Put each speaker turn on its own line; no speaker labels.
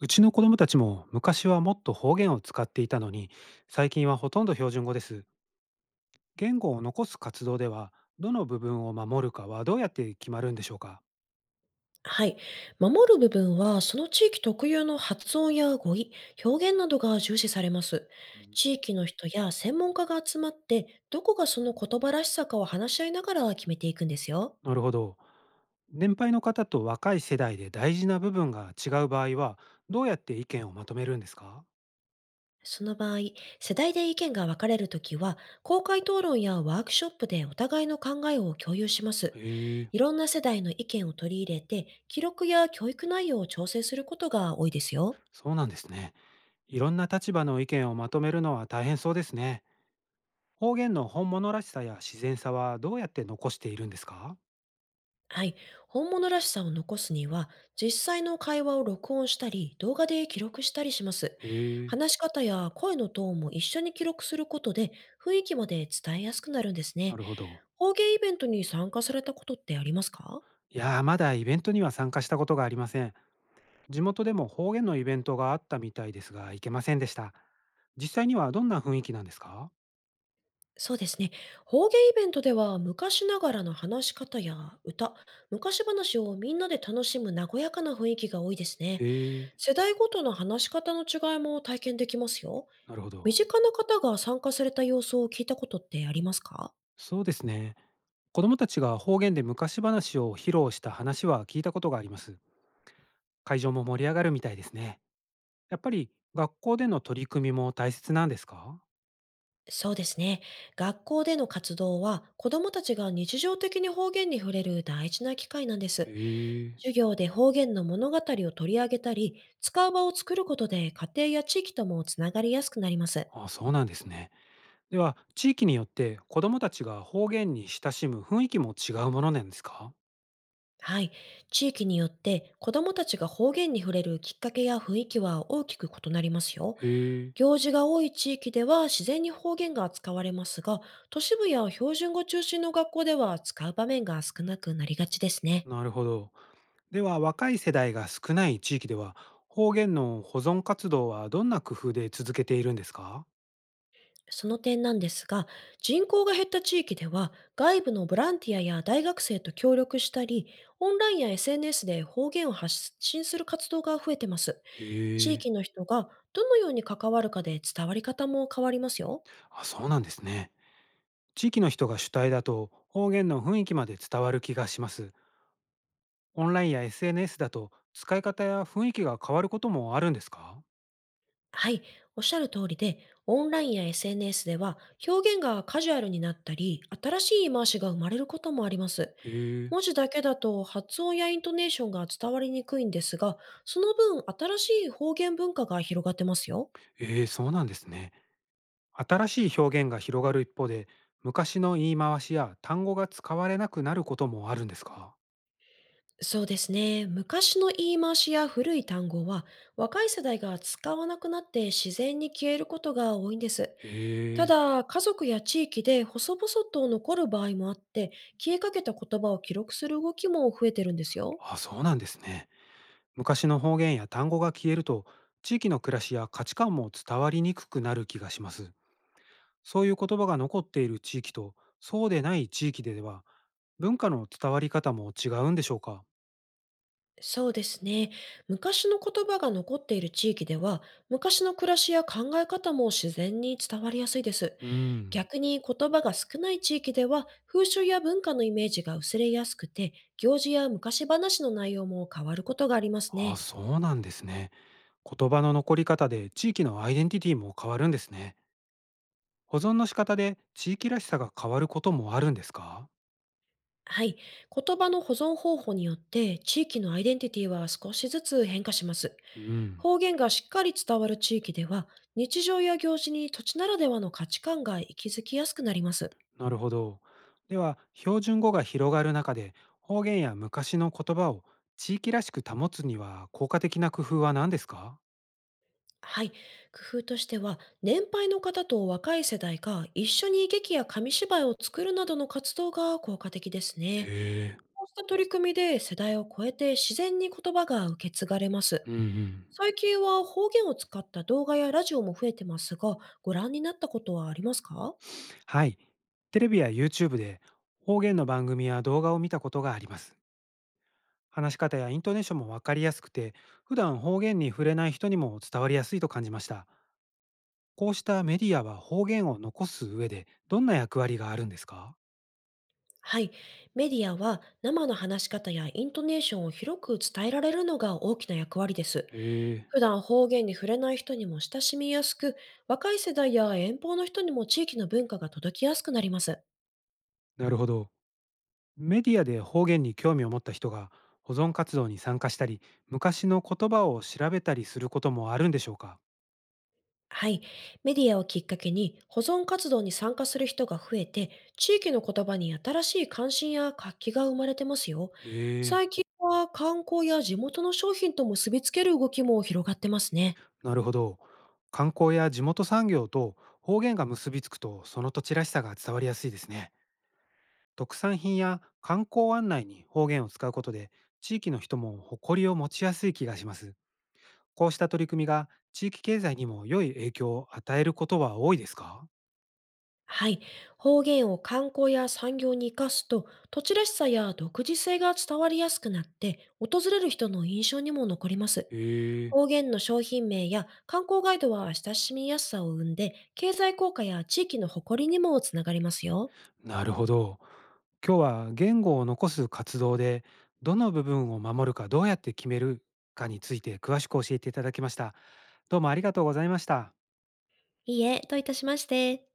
うちの子供たちも昔はもっと方言を使っていたのに、最近はほとんど標準語です。言語を残す活動では、どの部分を守るかはどうやって決まるんでしょうか？
はい。守る部分は、その地域特有の発音や語彙、表現などが重視されます。
うん。
地域の人や専門家が集まって、どこがその言葉らしさかを話し合いながら決めていくんですよ。
なるほど。年配の方と若い世代で大事な部分が違う場合は、どうやって意見をまとめるんですか？
その場合、世代で意見が分かれるときは、公開討論やワークショップでお互いの考えを共有しま
へ
す。
え、
いろんな世代の意見を取り入れて、記録や教育内容を調整することが多いですよ。
そうなんですね。いろんな立場の意見をまとめるのは大変そうですね。方言の本物らしさや自然さはどうやって残しているんですか？
はい。本物らしさを残すには、実際の会話を録音したり、動画で記録したりします。
へえ、
話し方や声のトーンも一緒に記録することで、雰囲気まで伝えやすくなるんです
な
ね。
るほど。
方言イベントに参加されたことってありますか？
いやー、まだイベントには参加したことがありません。地元でも方言のイベントがあったみたいですが、行けませんでした。実際にはどんな雰囲気なんですか？
そうですね。方言イベントでは、昔ながらの話し方や歌、昔話をみんなで楽しむ和やかな雰囲気が多いですね。
へえ、
世代ごとの話し方の違いも体験できますよ。
なるほ
身
ど。
近な方が参加された様子を聞いたことってありますか？
そうですね。子供たちが方言で昔話を披露した話は聞いたことがあります。会場も盛り上がるみたいですね。やっぱり学校での取り組みも大切なんですか？
そうですね。学校での活動は子どもたちが日常的に方言に触れる大事な機会なんです。
へえ、
授業で方言の物語を取り上げたり、使う場を作ることで家庭や地域ともつながりやすくなります。
あ、そうなんですね。では、地域によって子供たちが方言に親しむ雰囲気も違うものなんですか？
はい。地域によって子どもたちが方言に触れるきっかけや雰囲気は大きく異なりますよ。
へえ。
行事が多い地域では自然に方言が使われますが、都市部や標準語中心の学校では使う場面が少なくなりがちですね。
なるほど。では、若い世代が少ない地域では、方言の保存活動はどんな工夫で続けているんですか？
その点なんですが、人口が減った地域では、外部のボランティアや大学生と協力したり、オンラインや SNS で方言を発信する活動が増えてます。
へ
地域
え。
の人が、どのように関わるかで伝わり方も変わりますよ。
あ、そうなんですね。地域の人が主体だと、方言の雰囲気まで伝わる気がします。オンラインや SNS だと、使い方や雰囲気が変わることもあるんですか？
はい、おっしゃる通りで、オンラインや SNS では、表現がカジュアルになったり、新しい言い回しが生まれることもあります。
へえ。
文字だけだと発音やイントネーションが伝わりにくいんですが、その分、新しい方言文化が広がってますよ。
ええ、そうなんですね。新しい表現が広がる一方で、昔の言い回しや単語が使われなくなることもあるんですか？
そうですね。昔の言い回しや古い単語は、若い世代が使わなくなって自然に消えることが多いんです。
へ
た
え。
だ、家族や地域で細々と残る場合もあって、消えかけた言葉を記録する動きも増えてるんですよ。
あ、そうなんですね。昔の方言や単語が消えると、地域の暮らしや価値観も伝わりにくくなる気がします。そういう言葉が残っている地域とそうでない地域では、文化の伝わり方も違うんでしょうか？
そうですね。昔の言葉が残っている地域では、昔の暮らしや考え方も自然に伝わりやすいです。
うん。
逆に言葉が少ない地域では、風習や文化のイメージが薄れやすくて、行事や昔話の内容も変わることがあります
あ、
ね。
そうなんですね。言葉の残り方で地域のアイデンティティも変わるんですね。保存の仕方で地域らしさが変わることもあるんですか？
はい。言葉の保存方法によって地域のアイデンティティは少しずつ変化します。
うん。
方言がしっかり伝わる地域では、日常や行事に土地ならではの価値観が息づきやすくなります。
なるほど。では、標準語が広がる中で、方言や昔の言葉を地域らしく保つには効果的な工夫は何ですか？
はい。工夫としては、年配の方と若い世代が一緒に劇や紙芝居を作るなどの活動が効果的です
へ
ね。
え、
こうした取り組みで世代を超えて自然に言葉が受け継がれます。
うんうん。
最近は方言を使った動画やラジオも増えてますが、ご覧になったことはありますか？
はい。テレビや YouTube で方言の番組や動画を見たことがあります。話し方やイントネーションもわかりやすくて、普段方言に触れない人にも伝わりやすいと感じました。こうしたメディアは方言を残す上でどんな役割があるんですか？
はい。メディアは生の話し方やイントネーションを広く伝えられるのが大きな役割です。
へえ、
普段方言に触れない人にも親しみやすく、若い世代や遠方の人にも地域の文化が届きやすくなります。
なるほど。メディアで方言に興味を持った人が保存活動に参加したり、昔の言葉を調べたりすることもあるんでしょうか？
はい。メディアをきっかけに保存活動に参加する人が増えて、地域の言葉に新しい関心や活気が生まれてますよ。
へえ、
最近は観光や地元の商品と結びつける動きも広がってますね。
なるほど。観光や地元産業と方言が結びつくと、その土地らしさが伝わりやすいですね。特産品や観光案内に方言を使うことで、地域の人も誇りを持ちやすい気がします。こうした取り組みが地域経済にも良い影響を与えることは多いですか？
はい。方言を観光や産業に活かすと、土地らしさや独自性が伝わりやすくなって、訪れる人の印象にも残ります。
へえ、
方言の商品名や観光ガイドは親しみやすさを生んで、経済効果や地域の誇りにもつながりますよ。
なるほど。今日は言語を残す活動でどの部分を守るかどうやって決めるかについて詳しく教えていただきました。どうもありがとうございました。
いいえ、どういたしまして。